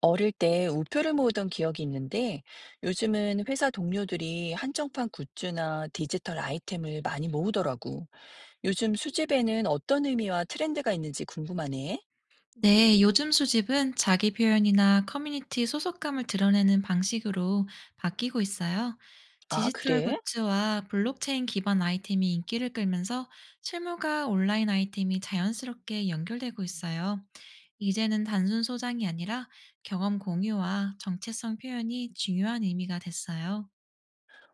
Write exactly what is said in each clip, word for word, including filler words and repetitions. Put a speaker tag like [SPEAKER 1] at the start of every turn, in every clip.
[SPEAKER 1] 어릴 때 우표를 모으던 기억이 있는데 요즘은 회사 동료들이 한정판 굿즈나 디지털 아이템을 많이 모으더라고. 요즘 수집에는 어떤 의미와 트렌드가 있는지 궁금하네.
[SPEAKER 2] 네, 요즘 수집은 자기 표현이나 커뮤니티 소속감을 드러내는 방식으로 바뀌고 있어요.
[SPEAKER 1] 아,
[SPEAKER 2] 디지털
[SPEAKER 1] 그래?
[SPEAKER 2] 굿즈와 블록체인 기반 아이템이 인기를 끌면서 실물과 온라인 아이템이 자연스럽게 연결되고 있어요. 이제는 단순 소장이 아니라 경험 공유와 정체성 표현이 중요한 의미가 됐어요.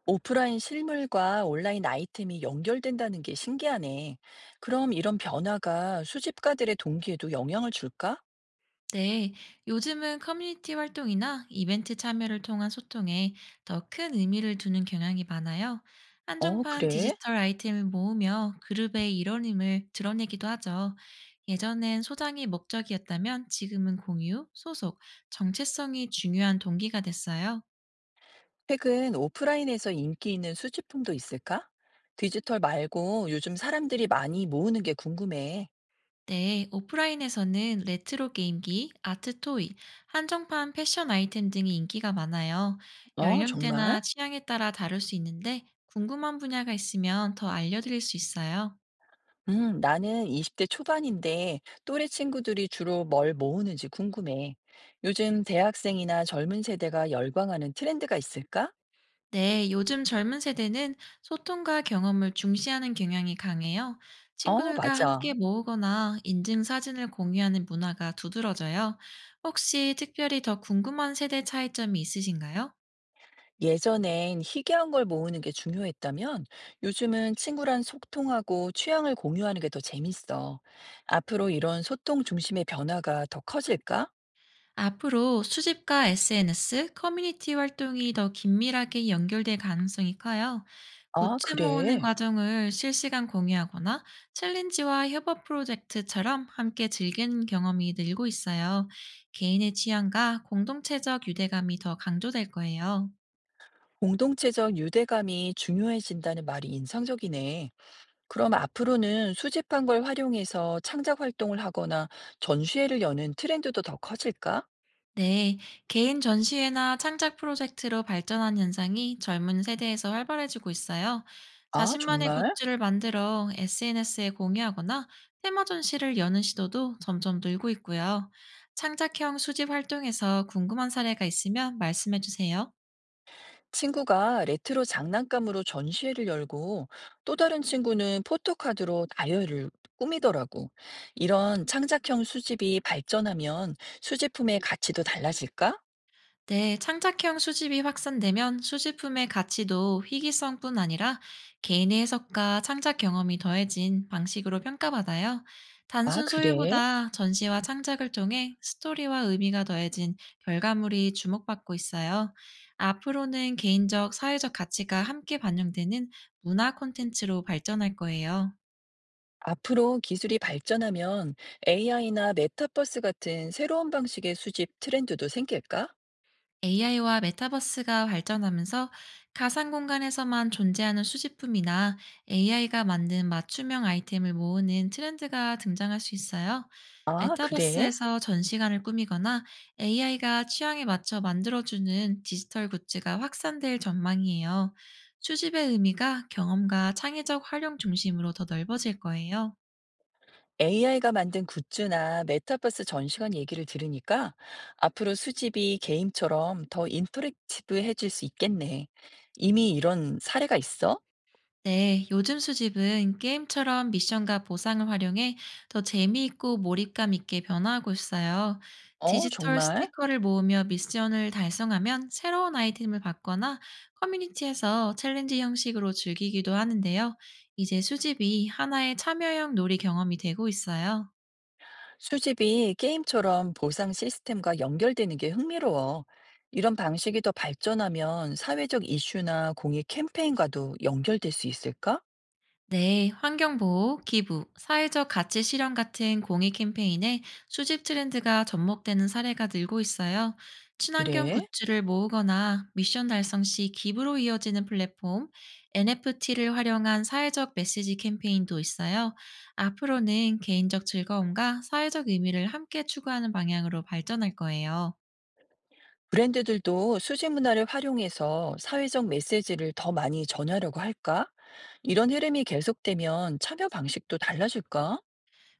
[SPEAKER 1] 오프라인 실물과 온라인 아이템이 연결된다는 게 신기하네. 그럼 이런 변화가 수집가들의 동기에도 영향을 줄까?
[SPEAKER 2] 네, 요즘은 커뮤니티 활동이나 이벤트 참여를 통한 소통에 더 큰 의미를 두는 경향이 많아요.
[SPEAKER 1] 어,
[SPEAKER 2] 한정판
[SPEAKER 1] 그래?
[SPEAKER 2] 디지털 아이템을 모으며 그룹의 일원임을 드러내기도 하죠. 예전엔 소장이 목적이었다면 지금은 공유, 소속, 정체성이 중요한 동기가 됐어요.
[SPEAKER 1] 최근 오프라인에서 인기 있는 수집품도 있을까? 디지털 말고 요즘 사람들이 많이 모으는 게 궁금해.
[SPEAKER 2] 네, 오프라인에서는 레트로 게임기, 아트 토이, 한정판 패션 아이템 등이 인기가 많아요.
[SPEAKER 1] 어, 정말?
[SPEAKER 2] 연령대나 취향에 따라 다를 수 있는데 궁금한 분야가 있으면 더 알려드릴 수 있어요.
[SPEAKER 1] 음, 나는 이십 대 초반인데 또래 친구들이 주로 뭘 모으는지 궁금해. 요즘 대학생이나 젊은 세대가 열광하는 트렌드가 있을까?
[SPEAKER 2] 네, 요즘 젊은 세대는 소통과 경험을 중시하는 경향이 강해요.
[SPEAKER 1] 어,
[SPEAKER 2] 친구들과
[SPEAKER 1] 맞아.
[SPEAKER 2] 함께 모으거나 인증 사진을 공유하는 문화가 두드러져요. 혹시 특별히 더 궁금한 세대 차이점이 있으신가요?
[SPEAKER 1] 예전엔 희귀한 걸 모으는 게 중요했다면 요즘은 친구랑 소통하고 취향을 공유하는 게 더 재밌어. 앞으로 이런 소통 중심의 변화가 더 커질까?
[SPEAKER 2] 앞으로 수집과 에스엔에스, 커뮤니티 활동이 더 긴밀하게 연결될 가능성이 커요.
[SPEAKER 1] 아,
[SPEAKER 2] 굿즈 모으는
[SPEAKER 1] 그래.
[SPEAKER 2] 과정을 실시간 공유하거나 챌린지와 협업 프로젝트처럼 함께 즐기는 경험이 늘고 있어요. 개인의 취향과 공동체적 유대감이 더 강조될 거예요.
[SPEAKER 1] 공동체적 유대감이 중요해진다는 말이 인상적이네. 그럼 앞으로는 수집한 걸 활용해서 창작 활동을 하거나 전시회를 여는 트렌드도 더 커질까?
[SPEAKER 2] 네, 개인 전시회나 창작 프로젝트로 발전한 현상이 젊은 세대에서 활발해지고 있어요.
[SPEAKER 1] 아,
[SPEAKER 2] 자신만의
[SPEAKER 1] 정말?
[SPEAKER 2] 굿즈를 만들어 에스엔에스에 공유하거나 테마 전시를 여는 시도도 점점 늘고 있고요. 창작형 수집 활동에서 궁금한 사례가 있으면 말씀해 주세요.
[SPEAKER 1] 친구가 레트로 장난감으로 전시회를 열고 또 다른 친구는 포토카드로 나열을 꾸미더라고. 이런 창작형 수집이 발전하면 수집품의 가치도 달라질까?
[SPEAKER 2] 네, 창작형 수집이 확산되면 수집품의 가치도 희귀성뿐 아니라 개인의 해석과 창작 경험이 더해진 방식으로 평가받아요.
[SPEAKER 1] 아,
[SPEAKER 2] 단순
[SPEAKER 1] 그래?
[SPEAKER 2] 소유보다 전시와 창작을 통해 스토리와 의미가 더해진 결과물이 주목받고 있어요. 앞으로는 개인적, 사회적 가치가 함께 반영되는 문화 콘텐츠로 발전할 거예요.
[SPEAKER 1] 앞으로 기술이 발전하면 에이아이나 메타버스 같은 새로운 방식의 수집 트렌드도 생길까?
[SPEAKER 2] 에이아이와 메타버스가 발전하면서 가상 공간에서만 존재하는 수집품이나 에이아이가 만든 맞춤형 아이템을 모으는 트렌드가 등장할 수 있어요.
[SPEAKER 1] 아, 그래?
[SPEAKER 2] 메타버스에서 전시관을 꾸미거나 에이아이가 취향에 맞춰 만들어주는 디지털 굿즈가 확산될 전망이에요. 수집의 의미가 경험과 창의적 활용 중심으로 더 넓어질 거예요.
[SPEAKER 1] 에이아이가 만든 굿즈나 메타버스 전시관 얘기를 들으니까 앞으로 수집이 게임처럼 더 인터랙티브해질 수 있겠네. 이미 이런 사례가 있어?
[SPEAKER 2] 네, 요즘 수집은 게임처럼 미션과 보상을 활용해 더 재미있고 몰입감 있게 변화하고 있어요.
[SPEAKER 1] 어,
[SPEAKER 2] 디지털
[SPEAKER 1] 정말?
[SPEAKER 2] 스티커를 모으며 미션을 달성하면 새로운 아이템을 받거나 커뮤니티에서 챌린지 형식으로 즐기기도 하는데요. 이제 수집이 하나의 참여형 놀이 경험이 되고 있어요.
[SPEAKER 1] 수집이 게임처럼 보상 시스템과 연결되는 게 흥미로워. 이런 방식이 더 발전하면 사회적 이슈나 공익 캠페인과도 연결될 수 있을까?
[SPEAKER 2] 네, 환경보호, 기부, 사회적 가치 실현 같은 공익 캠페인에 수집 트렌드가 접목되는 사례가 늘고 있어요. 친환경
[SPEAKER 1] 그래?
[SPEAKER 2] 굿즈를 모으거나 미션 달성 시 기부로 이어지는 플랫폼, 엔에프티를 활용한 사회적 메시지 캠페인도 있어요. 앞으로는 개인적 즐거움과 사회적 의미를 함께 추구하는 방향으로 발전할 거예요.
[SPEAKER 1] 브랜드들도 수직 문화를 활용해서 사회적 메시지를 더 많이 전하려고 할까? 이런 흐름이 계속되면 참여 방식도 달라질까?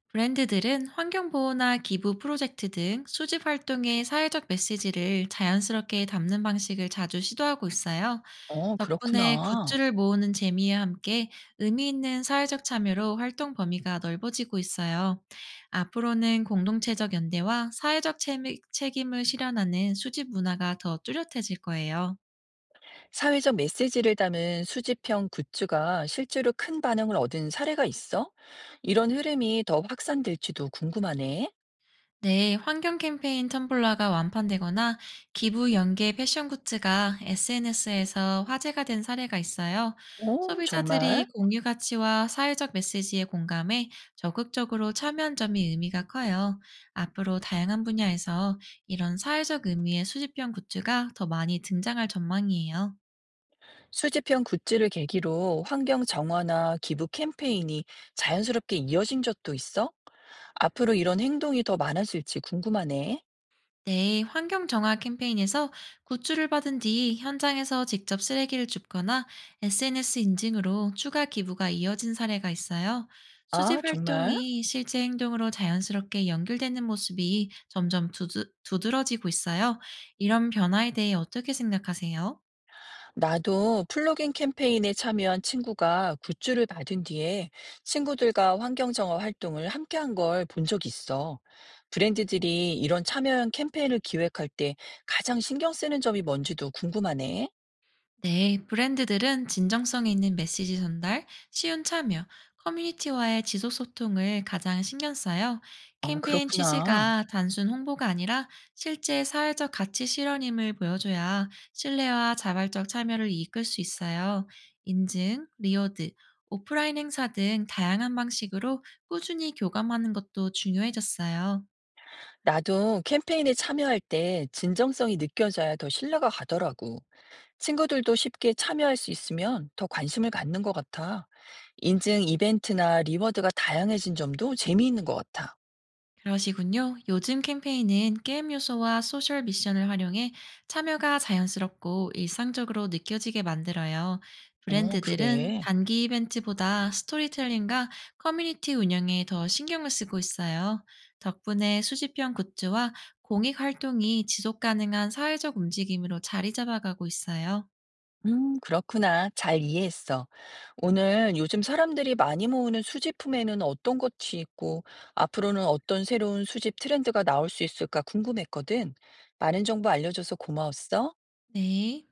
[SPEAKER 2] 브랜드들은 환경보호나 기부 프로젝트 등 수집 활동의 사회적 메시지를 자연스럽게 담는 방식을 자주 시도하고 있어요.
[SPEAKER 1] 어,
[SPEAKER 2] 덕분에
[SPEAKER 1] 그렇구나.
[SPEAKER 2] 굿즈를 모으는 재미와 함께 의미 있는 사회적 참여로 활동 범위가 넓어지고 있어요. 앞으로는 공동체적 연대와 사회적 채- 책임을 실현하는 수집 문화가 더 뚜렷해질 거예요.
[SPEAKER 1] 사회적 메시지를 담은 수집형 굿즈가 실제로 큰 반응을 얻은 사례가 있어? 이런 흐름이 더 확산될지도 궁금하네.
[SPEAKER 2] 네, 환경 캠페인 텀블러가 완판되거나 기부 연계 패션 굿즈가 에스엔에스에서 화제가 된 사례가 있어요.
[SPEAKER 1] 오, 정말?
[SPEAKER 2] 소비자들이 공유 가치와 사회적 메시지에 공감해 적극적으로 참여한 점이 의미가 커요. 앞으로 다양한 분야에서 이런 사회적 의미의 수집형 굿즈가 더 많이 등장할 전망이에요.
[SPEAKER 1] 수집형 굿즈를 계기로 환경 정화나 기부 캠페인이 자연스럽게 이어진 적도 있어? 앞으로 이런 행동이 더 많아질지 궁금하네.
[SPEAKER 2] 네, 환경 정화 캠페인에서 구출을 받은 뒤 현장에서 직접 쓰레기를 줍거나 에스엔에스 인증으로 추가 기부가 이어진 사례가 있어요.
[SPEAKER 1] 아,
[SPEAKER 2] 수집
[SPEAKER 1] 정말?
[SPEAKER 2] 활동이 실제 행동으로 자연스럽게 연결되는 모습이 점점 두드, 두드러지고 있어요. 이런 변화에 대해 어떻게 생각하세요?
[SPEAKER 1] 나도 플로깅 캠페인에 참여한 친구가 굿즈를 받은 뒤에 친구들과 환경정화 활동을 함께 한 걸 본 적 있어. 브랜드들이 이런 참여형 캠페인을 기획할 때 가장 신경 쓰는 점이 뭔지도 궁금하네.
[SPEAKER 2] 네, 브랜드들은 진정성 있는 메시지 전달, 쉬운 참여, 커뮤니티와의 지속 소통을 가장 신경 써요.
[SPEAKER 1] 아,
[SPEAKER 2] 캠페인
[SPEAKER 1] 그렇구나.
[SPEAKER 2] 취지가 단순 홍보가 아니라 실제 사회적 가치 실현임을 보여줘야 신뢰와 자발적 참여를 이끌 수 있어요. 인증, 리워드, 오프라인 행사 등 다양한 방식으로 꾸준히 교감하는 것도 중요해졌어요.
[SPEAKER 1] 나도 캠페인에 참여할 때 진정성이 느껴져야 더 신뢰가 가더라고. 친구들도 쉽게 참여할 수 있으면 더 관심을 갖는 것 같아. 인증 이벤트나 리워드가 다양해진 점도 재미있는 것 같아.
[SPEAKER 2] 그러시군요. 요즘 캠페인은 게임 요소와 소셜 미션을 활용해 참여가 자연스럽고 일상적으로 느껴지게 만들어요.
[SPEAKER 1] 어,
[SPEAKER 2] 브랜드들은
[SPEAKER 1] 그래.
[SPEAKER 2] 단기 이벤트보다 스토리텔링과 커뮤니티 운영에 더 신경을 쓰고 있어요. 덕분에 수집형 굿즈와 공익 활동이 지속 가능한 사회적 움직임으로 자리 잡아가고 있어요.
[SPEAKER 1] 음, 그렇구나. 잘 이해했어. 오늘 요즘 사람들이 많이 모으는 수집품에는 어떤 것이 있고, 앞으로는 어떤 새로운 수집 트렌드가 나올 수 있을까 궁금했거든. 많은 정보 알려줘서 고마웠어.
[SPEAKER 2] 네.